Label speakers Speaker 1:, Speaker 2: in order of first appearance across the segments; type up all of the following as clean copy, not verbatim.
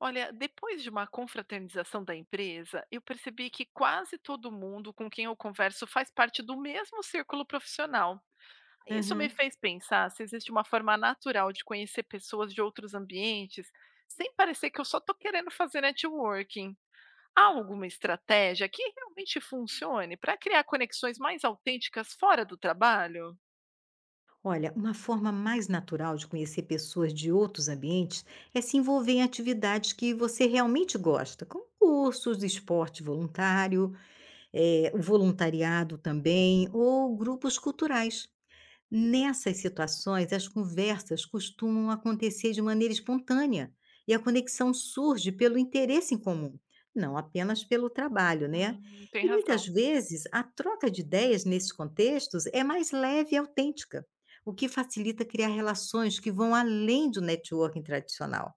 Speaker 1: Olha, depois de uma confraternização da empresa, eu percebi que quase todo mundo com quem eu converso faz parte do mesmo círculo profissional. Isso me
Speaker 2: Aham.
Speaker 1: fez pensar se existe uma forma natural de conhecer pessoas de outros ambientes, sem parecer que eu só estou querendo fazer networking. Há alguma estratégia que realmente funcione para criar conexões mais autênticas fora do trabalho?
Speaker 2: Olha, uma forma mais natural de conhecer pessoas de outros ambientes é se envolver em atividades que você realmente gosta, como cursos, esporte voluntário, o voluntariado também, ou grupos culturais. Nessas situações, as conversas costumam acontecer de maneira espontânea e a conexão surge pelo interesse em comum, não apenas pelo trabalho, né?
Speaker 1: Tem
Speaker 2: E muitas
Speaker 1: razão.
Speaker 2: vezes a troca de ideias nesses contextos é mais leve e autêntica, o que facilita criar relações que vão além do networking tradicional.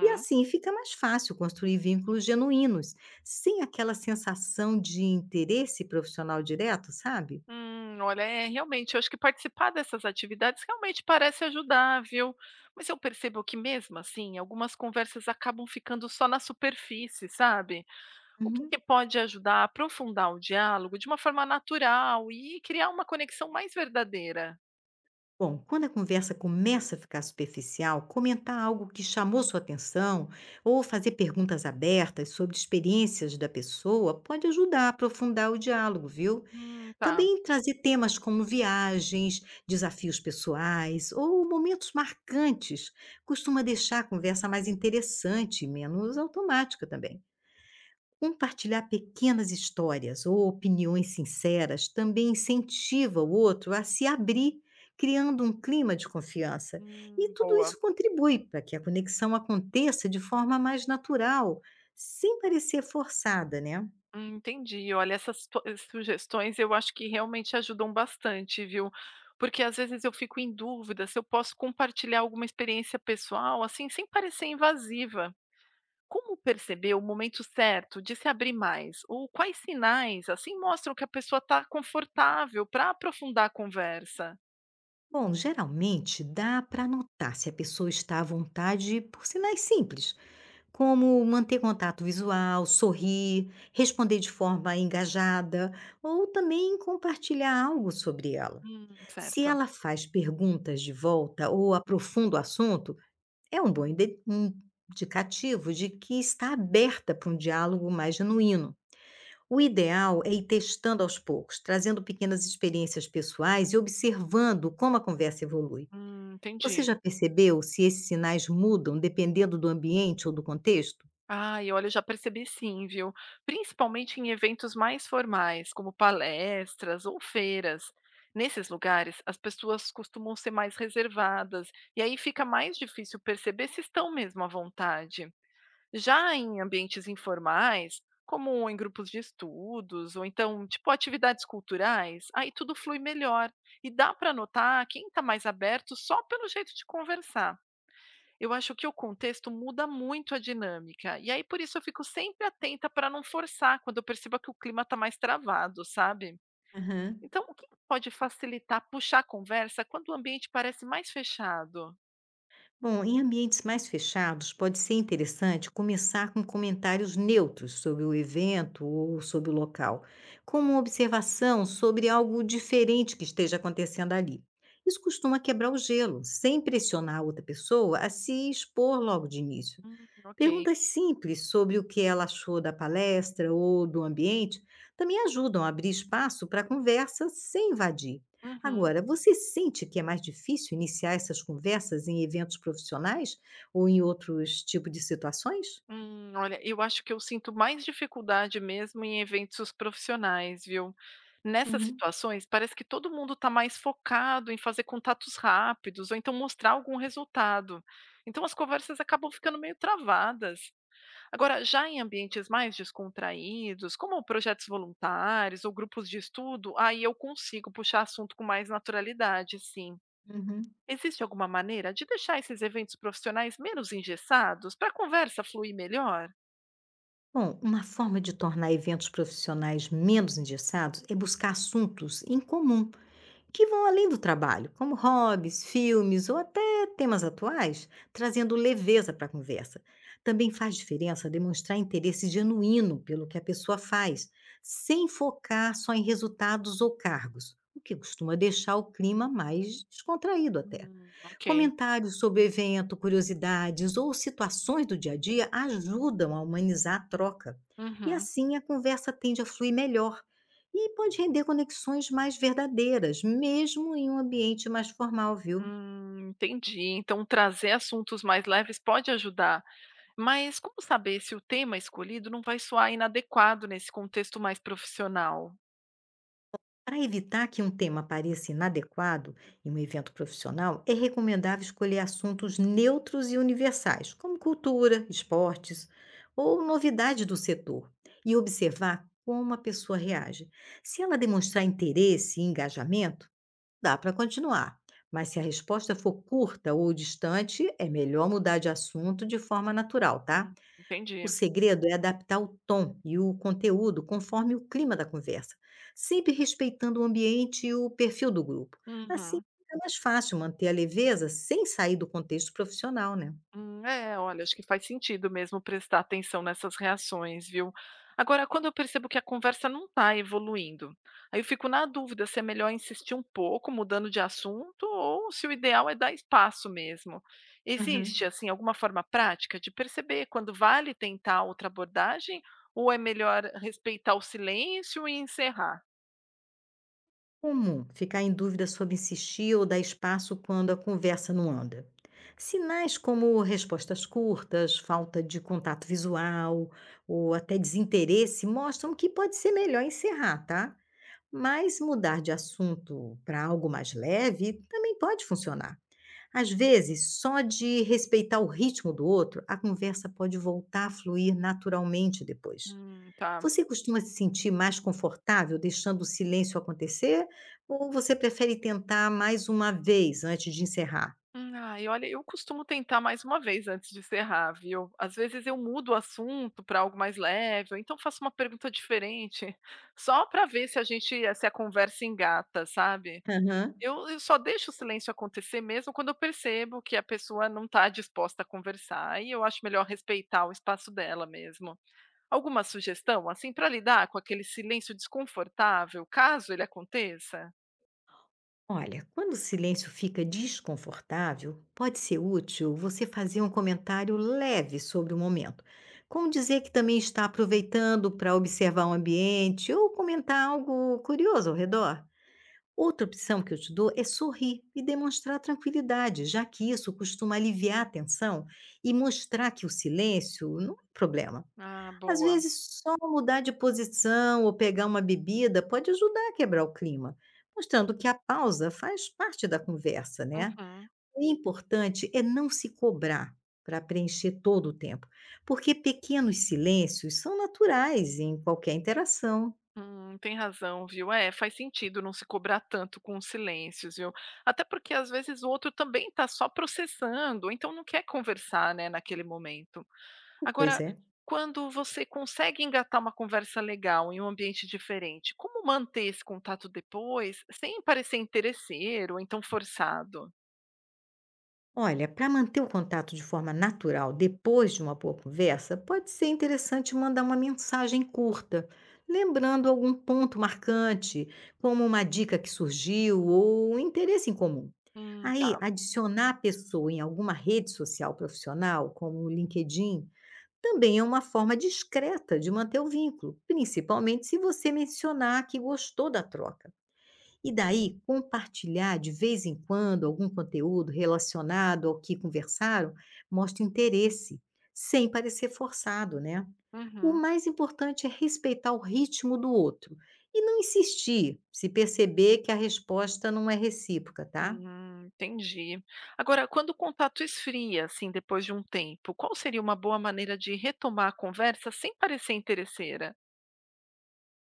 Speaker 2: E assim fica mais fácil construir vínculos genuínos, sem aquela sensação de interesse profissional direto, sabe?
Speaker 1: Olha, é realmente, eu acho que participar dessas atividades realmente parece ajudar, viu? Mas eu percebo que mesmo assim, algumas conversas acabam ficando só na superfície, sabe? O que que
Speaker 2: Uhum.
Speaker 1: pode ajudar a aprofundar o diálogo de uma forma natural e criar uma conexão mais verdadeira?
Speaker 2: Bom, quando a conversa começa a ficar superficial, comentar algo que chamou sua atenção ou fazer perguntas abertas sobre experiências da pessoa pode ajudar a aprofundar o diálogo, viu?
Speaker 1: Tá.
Speaker 2: Também trazer temas como viagens, desafios pessoais ou momentos marcantes costuma deixar a conversa mais interessante e menos automática também. Compartilhar pequenas histórias ou opiniões sinceras também incentiva o outro a se abrir, criando um clima de confiança. E tudo
Speaker 1: Boa.
Speaker 2: isso contribui para que a conexão aconteça de forma mais natural, sem parecer forçada, né?
Speaker 1: Entendi. Olha, essas to sugestões eu acho que realmente ajudam bastante, viu. Porque às vezes eu fico em dúvida se eu posso compartilhar alguma experiência pessoal, assim, sem parecer invasiva. Como perceber o momento certo de se abrir mais? Ou quais sinais, assim, mostram que a pessoa está confortável para aprofundar a conversa?
Speaker 2: Bom, geralmente dá para notar se a pessoa está à vontade por sinais simples, como manter contato visual, sorrir, responder de forma engajada ou também compartilhar algo sobre ela. Se
Speaker 1: Certo.
Speaker 2: ela faz perguntas de volta ou aprofunda o assunto, é um bom um indicativo de que está aberta para um diálogo mais genuíno. O ideal é ir testando aos poucos, trazendo pequenas experiências pessoais e observando como a conversa evolui. Você
Speaker 1: Entendi.
Speaker 2: já percebeu se esses sinais mudam dependendo do ambiente ou do contexto?
Speaker 1: Ai, olha, eu já percebi sim, viu? Principalmente em eventos mais formais, como palestras ou feiras. Nesses lugares, as pessoas costumam ser mais reservadas, e aí fica mais difícil perceber se estão mesmo à vontade. Já em ambientes informais, como em grupos de estudos, ou então, tipo, atividades culturais, aí tudo flui melhor. E dá para notar quem está mais aberto só pelo jeito de conversar. Eu acho que o contexto muda muito a dinâmica. E aí, por isso, eu fico sempre atenta para não forçar quando eu percebo que o clima está mais travado, sabe?
Speaker 2: Aham.
Speaker 1: Então, o que pode facilitar puxar a conversa quando o ambiente parece mais fechado?
Speaker 2: Bom, em ambientes mais fechados, pode ser interessante começar com comentários neutros sobre o evento ou sobre o local, como uma observação sobre algo diferente que esteja acontecendo ali. Isso costuma quebrar o gelo, sem pressionar a outra pessoa a se expor logo de início.
Speaker 1: Ok.
Speaker 2: Perguntas simples sobre o que ela achou da palestra ou do ambiente também ajudam a abrir espaço para a conversa sem invadir.
Speaker 1: Uhum.
Speaker 2: Agora, você sente que é mais difícil iniciar essas conversas em eventos profissionais ou em outros tipos de situações?
Speaker 1: Olha, eu acho que eu sinto mais dificuldade mesmo em eventos profissionais, viu? Nessas
Speaker 2: Uhum,
Speaker 1: situações, parece que todo mundo está mais focado em fazer contatos rápidos ou então mostrar algum resultado. Então, as conversas acabam ficando meio travadas. Agora, já em ambientes mais descontraídos, como projetos voluntários ou grupos de estudo, aí eu consigo puxar assunto com mais naturalidade, sim.
Speaker 2: uhum.
Speaker 1: Existe alguma maneira de deixar esses eventos profissionais menos engessados para a conversa fluir melhor?
Speaker 2: Bom, uma forma de tornar eventos profissionais menos engessados é buscar assuntos em comum que vão além do trabalho, como hobbies, filmes ou até temas atuais, trazendo leveza para a conversa. Também faz diferença demonstrar interesse genuíno pelo que a pessoa faz, sem focar só em resultados ou cargos, o que costuma deixar o clima mais descontraído até.
Speaker 1: Ok.
Speaker 2: Comentários sobre o evento, curiosidades ou situações do dia a dia ajudam a humanizar a troca. E
Speaker 1: Uhum.
Speaker 2: assim a conversa tende a fluir melhor e pode render conexões mais verdadeiras, mesmo em um ambiente mais formal, viu?
Speaker 1: Entendi. Então, trazer assuntos mais leves pode ajudar. Mas como saber se o tema escolhido não vai soar inadequado nesse contexto mais profissional?
Speaker 2: Para evitar que um tema pareça inadequado em um evento profissional, é recomendável escolher assuntos neutros e universais, como cultura, esportes ou novidade do setor, e observar como a pessoa reage. Se ela demonstrar interesse e engajamento, dá para continuar. Mas se a resposta for curta ou distante, é melhor mudar de assunto de forma natural, tá?
Speaker 1: Hum, entendi.
Speaker 2: O segredo é adaptar o tom e o conteúdo conforme o clima da conversa, sempre respeitando o ambiente e o perfil do grupo. Assim,
Speaker 1: Uhum.
Speaker 2: fica mais fácil manter a leveza sem sair do contexto profissional, né?
Speaker 1: É, olha, acho que faz sentido mesmo prestar atenção nessas reações, viu? Agora, quando eu percebo que a conversa não está evoluindo, aí eu fico na dúvida se é melhor insistir um pouco, mudando de assunto, ou se o ideal é dar espaço mesmo. Existe,
Speaker 2: Aham.
Speaker 1: assim, alguma forma prática de perceber quando vale tentar outra abordagem, ou é melhor respeitar o silêncio e encerrar?
Speaker 2: Comum ficar em dúvida sobre insistir ou dar espaço quando a conversa não anda. Sinais como respostas curtas, falta de contato visual ou até desinteresse mostram que pode ser melhor encerrar, tá? Mas mudar de assunto para algo mais leve também pode funcionar. Às vezes, só de respeitar o ritmo do outro, a conversa pode voltar a fluir naturalmente depois.
Speaker 1: Tá.
Speaker 2: Você costuma se sentir mais confortável deixando o silêncio acontecer? Ou você prefere tentar mais uma vez antes de encerrar?
Speaker 1: Ai, olha, eu costumo tentar mais uma vez antes de encerrar, viu? Às vezes eu mudo o assunto para algo mais leve, ou então faço uma pergunta diferente, só para ver se a gente, se a conversa engata, sabe?
Speaker 2: Aham.
Speaker 1: Eu só deixo o silêncio acontecer mesmo quando eu percebo que a pessoa não está disposta a conversar, e eu acho melhor respeitar o espaço dela mesmo. Alguma sugestão, assim, para lidar com aquele silêncio desconfortável, caso ele aconteça?
Speaker 2: Olha, quando o silêncio fica desconfortável, pode ser útil você fazer um comentário leve sobre o momento, como dizer que também está aproveitando para observar o ambiente ou comentar algo curioso ao redor. Outra opção que eu te dou é sorrir e demonstrar tranquilidade, já que isso costuma aliviar a tensão e mostrar que o silêncio não é um problema.
Speaker 1: Ah,
Speaker 2: Às
Speaker 1: boa.
Speaker 2: vezes, só mudar de posição ou pegar uma bebida pode ajudar a quebrar o clima, mostrando que a pausa faz parte da conversa, né?
Speaker 1: Uhum.
Speaker 2: O importante é não se cobrar para preencher todo o tempo, porque pequenos silêncios são naturais em qualquer interação.
Speaker 1: Tem razão, viu? É, faz sentido não se cobrar tanto com os silêncios, viu? Até porque às vezes o outro também está só processando, então não quer conversar, né, naquele momento.
Speaker 2: Pois
Speaker 1: Agora,
Speaker 2: é.
Speaker 1: quando você consegue engatar uma conversa legal em um ambiente diferente, como manter esse contato depois sem parecer interesseiro ou então forçado?
Speaker 2: Olha, para manter o contato de forma natural depois de uma boa conversa, pode ser interessante mandar uma mensagem curta, lembrando algum ponto marcante, como uma dica que surgiu ou um interesse em comum. Aí,
Speaker 1: Tá.
Speaker 2: adicionar a pessoa em alguma rede social profissional, como o LinkedIn, também é uma forma discreta de manter o vínculo, principalmente se você mencionar que gostou da troca. E daí, compartilhar de vez em quando algum conteúdo relacionado ao que conversaram mostra interesse, sem parecer forçado, né? O
Speaker 1: Uhum.
Speaker 2: mais importante é respeitar o ritmo do outro e não insistir se perceber que a resposta não é recíproca, tá?
Speaker 1: Entendi. Agora, quando o contato esfria, assim, depois de um tempo, qual seria uma boa maneira de retomar a conversa sem parecer interesseira?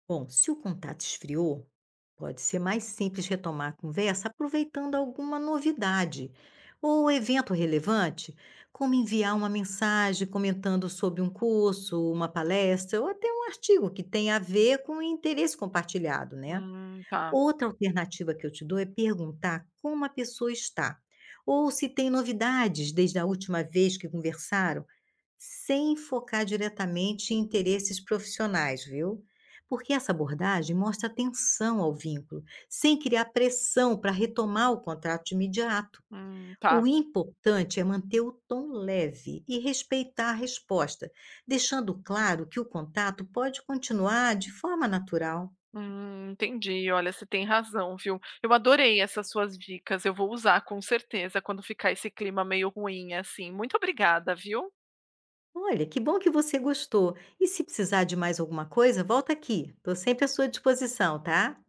Speaker 2: Bom, se o contato esfriou, pode ser mais simples retomar a conversa aproveitando alguma novidade ou evento relevante, como enviar uma mensagem comentando sobre um curso, uma palestra ou até um artigo que tenha a ver com o interesse compartilhado, né?
Speaker 1: Tá.
Speaker 2: Outra alternativa que eu te dou é perguntar como a pessoa está ou se tem novidades desde a última vez que conversaram sem focar diretamente em interesses profissionais, viu? Porque essa abordagem mostra atenção ao vínculo, sem criar pressão para retomar o contrato de imediato.
Speaker 1: Tá.
Speaker 2: O importante é manter o tom leve e respeitar a resposta, deixando claro que o contato pode continuar de forma natural.
Speaker 1: Entendi. Olha, você tem razão, viu? Eu adorei essas suas dicas. Eu vou usar com certeza quando ficar esse clima meio ruim, assim. Muito obrigada, viu?
Speaker 2: Olha, que bom que você gostou. E se precisar de mais alguma coisa, volta aqui. Estou sempre à sua disposição, tá?